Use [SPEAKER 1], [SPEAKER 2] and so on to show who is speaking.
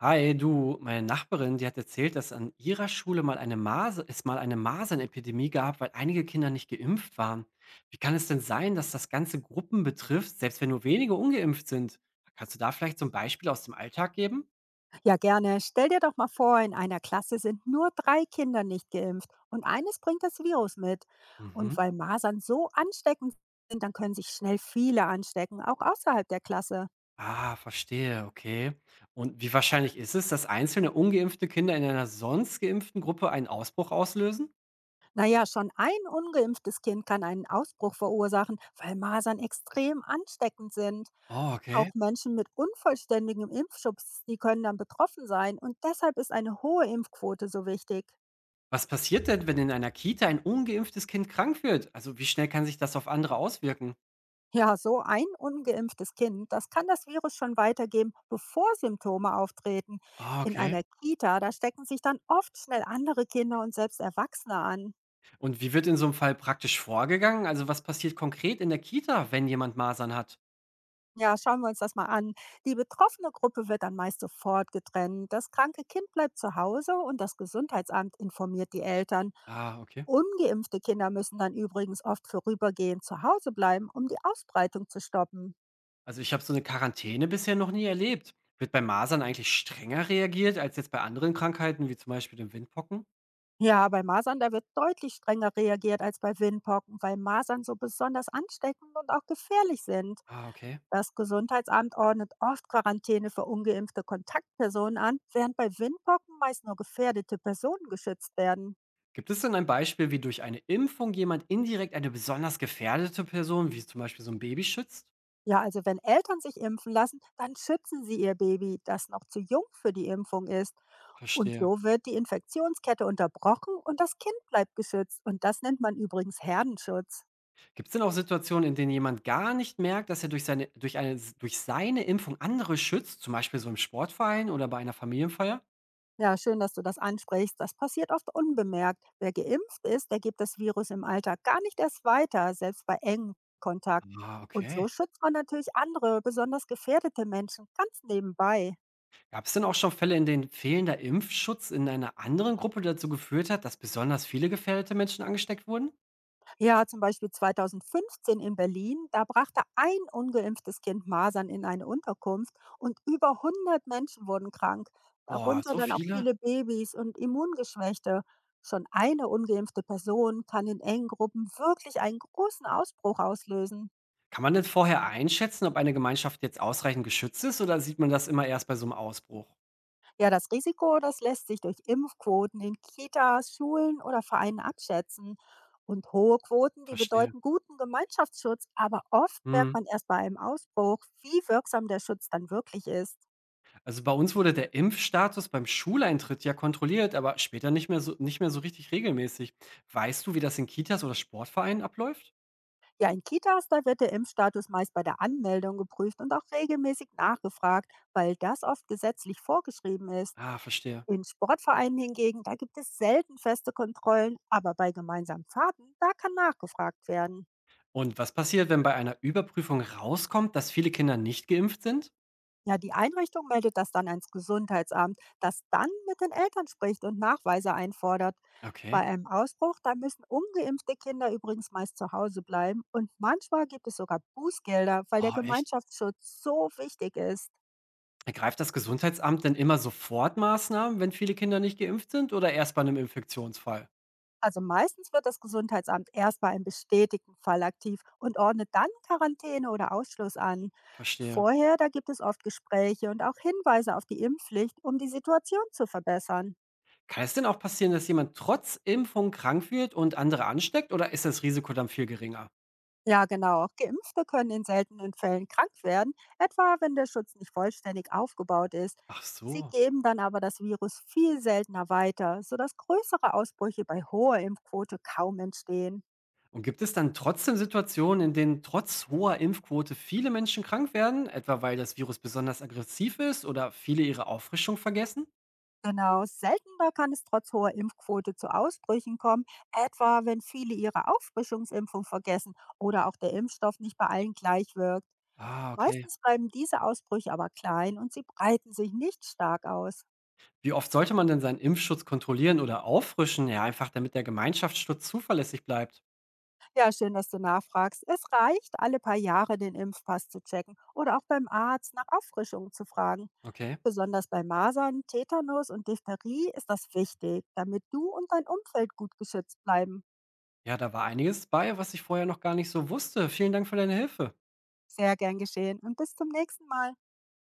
[SPEAKER 1] Hi, du, meine Nachbarin, die hat erzählt, dass an ihrer Schule mal eine Mase, es mal eine Masernepidemie gab, weil einige Kinder nicht geimpft waren. Wie kann es denn sein, dass das ganze Gruppen betrifft, selbst wenn nur wenige ungeimpft sind? Kannst du da vielleicht so ein Beispiel aus dem Alltag geben?
[SPEAKER 2] Ja, gerne. Stell dir doch mal vor, in einer Klasse sind nur drei Kinder nicht geimpft und eines bringt das Virus mit. Und
[SPEAKER 1] Mhm.
[SPEAKER 2] weil Masern so ansteckend sind, dann können sich schnell viele anstecken, auch außerhalb der Klasse.
[SPEAKER 1] Ah, verstehe, okay. Und wie wahrscheinlich ist es, dass einzelne ungeimpfte Kinder in einer sonst geimpften Gruppe einen Ausbruch auslösen?
[SPEAKER 2] Naja, schon ein ungeimpftes Kind kann einen Ausbruch verursachen, weil Masern extrem ansteckend sind.
[SPEAKER 1] Oh, okay.
[SPEAKER 2] Auch Menschen mit unvollständigem Impfschutz, die können dann betroffen sein und deshalb ist eine hohe Impfquote so wichtig.
[SPEAKER 1] Was passiert denn, wenn in einer Kita ein ungeimpftes Kind krank wird? Also wie schnell kann sich das auf andere auswirken?
[SPEAKER 2] Ja, so ein ungeimpftes Kind, das kann das Virus schon weitergeben, bevor Symptome auftreten.
[SPEAKER 1] Ah,
[SPEAKER 2] In
[SPEAKER 1] okay.
[SPEAKER 2] einer Kita, da stecken sich dann oft schnell andere Kinder und selbst Erwachsene an.
[SPEAKER 1] Und wie wird in so einem Fall praktisch vorgegangen? Also, was passiert konkret in der Kita, wenn jemand Masern hat?
[SPEAKER 2] Ja, schauen wir uns das mal an. Die betroffene Gruppe wird dann meist sofort getrennt. Das kranke Kind bleibt zu Hause und das Gesundheitsamt informiert die Eltern.
[SPEAKER 1] Ah, okay.
[SPEAKER 2] Ungeimpfte Kinder müssen dann übrigens oft vorübergehend zu Hause bleiben, um die Ausbreitung zu stoppen.
[SPEAKER 1] Also, ich habe so eine Quarantäne bisher noch nie erlebt. Wird bei Masern eigentlich strenger reagiert als jetzt bei anderen Krankheiten, wie zum Beispiel dem Windpocken?
[SPEAKER 2] Ja, bei Masern, da wird deutlich strenger reagiert als bei Windpocken, weil Masern so besonders ansteckend und auch gefährlich sind.
[SPEAKER 1] Ah, okay.
[SPEAKER 2] Das Gesundheitsamt ordnet oft Quarantäne für ungeimpfte Kontaktpersonen an, während bei Windpocken meist nur gefährdete Personen geschützt werden.
[SPEAKER 1] Gibt es denn ein Beispiel, wie durch eine Impfung jemand indirekt eine besonders gefährdete Person, wie zum Beispiel so ein Baby schützt?
[SPEAKER 2] Ja, also wenn Eltern sich impfen lassen, dann schützen sie ihr Baby, das noch zu jung für die Impfung ist. Und
[SPEAKER 1] Verstehe.
[SPEAKER 2] so wird die Infektionskette unterbrochen und das Kind bleibt geschützt. Und das nennt man übrigens Herdenschutz.
[SPEAKER 1] Gibt es denn auch Situationen, in denen jemand gar nicht merkt, dass er durch seine Impfung andere schützt, zum Beispiel so im Sportverein oder bei einer Familienfeier?
[SPEAKER 2] Ja, schön, dass du das ansprichst. Das passiert oft unbemerkt. Wer geimpft ist, der gibt das Virus im Alltag gar nicht erst weiter, selbst bei engem Kontakt.
[SPEAKER 1] Ah,
[SPEAKER 2] Und so
[SPEAKER 1] okay.
[SPEAKER 2] schützt man natürlich andere, besonders gefährdete Menschen ganz nebenbei.
[SPEAKER 1] Gab es denn auch schon Fälle, in denen fehlender Impfschutz in einer anderen Gruppe dazu geführt hat, dass besonders viele gefährdete Menschen angesteckt wurden?
[SPEAKER 2] Ja, zum Beispiel 2015 in Berlin, da brachte ein ungeimpftes Kind Masern in eine Unterkunft und über 100 Menschen wurden krank,
[SPEAKER 1] Boah,
[SPEAKER 2] darunter
[SPEAKER 1] so
[SPEAKER 2] dann auch
[SPEAKER 1] viele?
[SPEAKER 2] viele Babys und Immungeschwächte. Schon eine ungeimpfte Person kann in engen Gruppen wirklich einen großen Ausbruch auslösen.
[SPEAKER 1] Kann man denn vorher einschätzen, ob eine Gemeinschaft jetzt ausreichend geschützt ist oder sieht man das immer erst bei so einem Ausbruch?
[SPEAKER 2] Ja, das Risiko, das lässt sich durch Impfquoten in Kitas, Schulen oder Vereinen abschätzen. Und hohe Quoten, die
[SPEAKER 1] Verstehe.
[SPEAKER 2] bedeuten guten Gemeinschaftsschutz, aber oft merkt
[SPEAKER 1] Mhm.
[SPEAKER 2] man erst bei einem Ausbruch, wie wirksam der Schutz dann wirklich ist.
[SPEAKER 1] Also bei uns wurde der Impfstatus beim Schuleintritt ja kontrolliert, aber später nicht mehr so richtig regelmäßig. Weißt du, wie das in Kitas oder Sportvereinen abläuft?
[SPEAKER 2] Ja, in Kitas, da wird der Impfstatus meist bei der Anmeldung geprüft und auch regelmäßig nachgefragt, weil das oft gesetzlich vorgeschrieben ist.
[SPEAKER 1] Ah, verstehe.
[SPEAKER 2] In Sportvereinen hingegen, da gibt es selten feste Kontrollen, aber bei gemeinsamen Fahrten, da kann nachgefragt werden.
[SPEAKER 1] Und was passiert, wenn bei einer Überprüfung rauskommt, dass viele Kinder nicht geimpft sind?
[SPEAKER 2] Ja, die Einrichtung meldet das dann ans Gesundheitsamt, das dann mit den Eltern spricht und Nachweise einfordert. Bei
[SPEAKER 1] Okay.
[SPEAKER 2] einem Ausbruch, da müssen ungeimpfte Kinder übrigens meist zu Hause bleiben und manchmal gibt es sogar Bußgelder, weil der
[SPEAKER 1] Oh, echt?
[SPEAKER 2] Gemeinschaftsschutz so wichtig ist.
[SPEAKER 1] Ergreift das Gesundheitsamt denn immer sofort Maßnahmen, wenn viele Kinder nicht geimpft sind oder erst bei einem Infektionsfall?
[SPEAKER 2] Also meistens wird das Gesundheitsamt erst bei einem bestätigten Fall aktiv und ordnet dann Quarantäne oder Ausschluss an.
[SPEAKER 1] Verstehe.
[SPEAKER 2] Vorher, da gibt es oft Gespräche und auch Hinweise auf die Impfpflicht, um die Situation zu verbessern.
[SPEAKER 1] Kann es denn auch passieren, dass jemand trotz Impfung krank wird und andere ansteckt oder ist das Risiko dann viel geringer?
[SPEAKER 2] Ja, genau. Auch Geimpfte können in seltenen Fällen krank werden, etwa wenn der Schutz nicht vollständig aufgebaut ist.
[SPEAKER 1] Ach
[SPEAKER 2] Sie
[SPEAKER 1] so.
[SPEAKER 2] geben dann aber das Virus viel seltener weiter, sodass größere Ausbrüche bei hoher Impfquote kaum entstehen.
[SPEAKER 1] Und gibt es dann trotzdem Situationen, in denen trotz hoher Impfquote viele Menschen krank werden, etwa weil das Virus besonders aggressiv ist oder viele ihre Auffrischung vergessen?
[SPEAKER 2] Genau, seltener kann es trotz hoher Impfquote zu Ausbrüchen kommen, etwa wenn viele ihre Auffrischungsimpfung vergessen oder auch der Impfstoff nicht bei allen gleich wirkt.
[SPEAKER 1] Ah, okay.
[SPEAKER 2] Meistens bleiben diese Ausbrüche aber klein und sie breiten sich nicht stark aus.
[SPEAKER 1] Wie oft sollte man denn seinen Impfschutz kontrollieren oder auffrischen? Ja, einfach damit der Gemeinschaftsschutz zuverlässig bleibt.
[SPEAKER 2] Ja, schön, dass du nachfragst. Es reicht, alle paar Jahre den Impfpass zu checken oder auch beim Arzt nach Auffrischungen zu fragen.
[SPEAKER 1] Okay.
[SPEAKER 2] Besonders bei Masern, Tetanus und Diphtherie ist das wichtig, damit du und dein Umfeld gut geschützt bleiben.
[SPEAKER 1] Ja, da war einiges bei, was ich vorher noch gar nicht so wusste. Vielen Dank für deine Hilfe.
[SPEAKER 2] Sehr gern geschehen und bis zum nächsten Mal.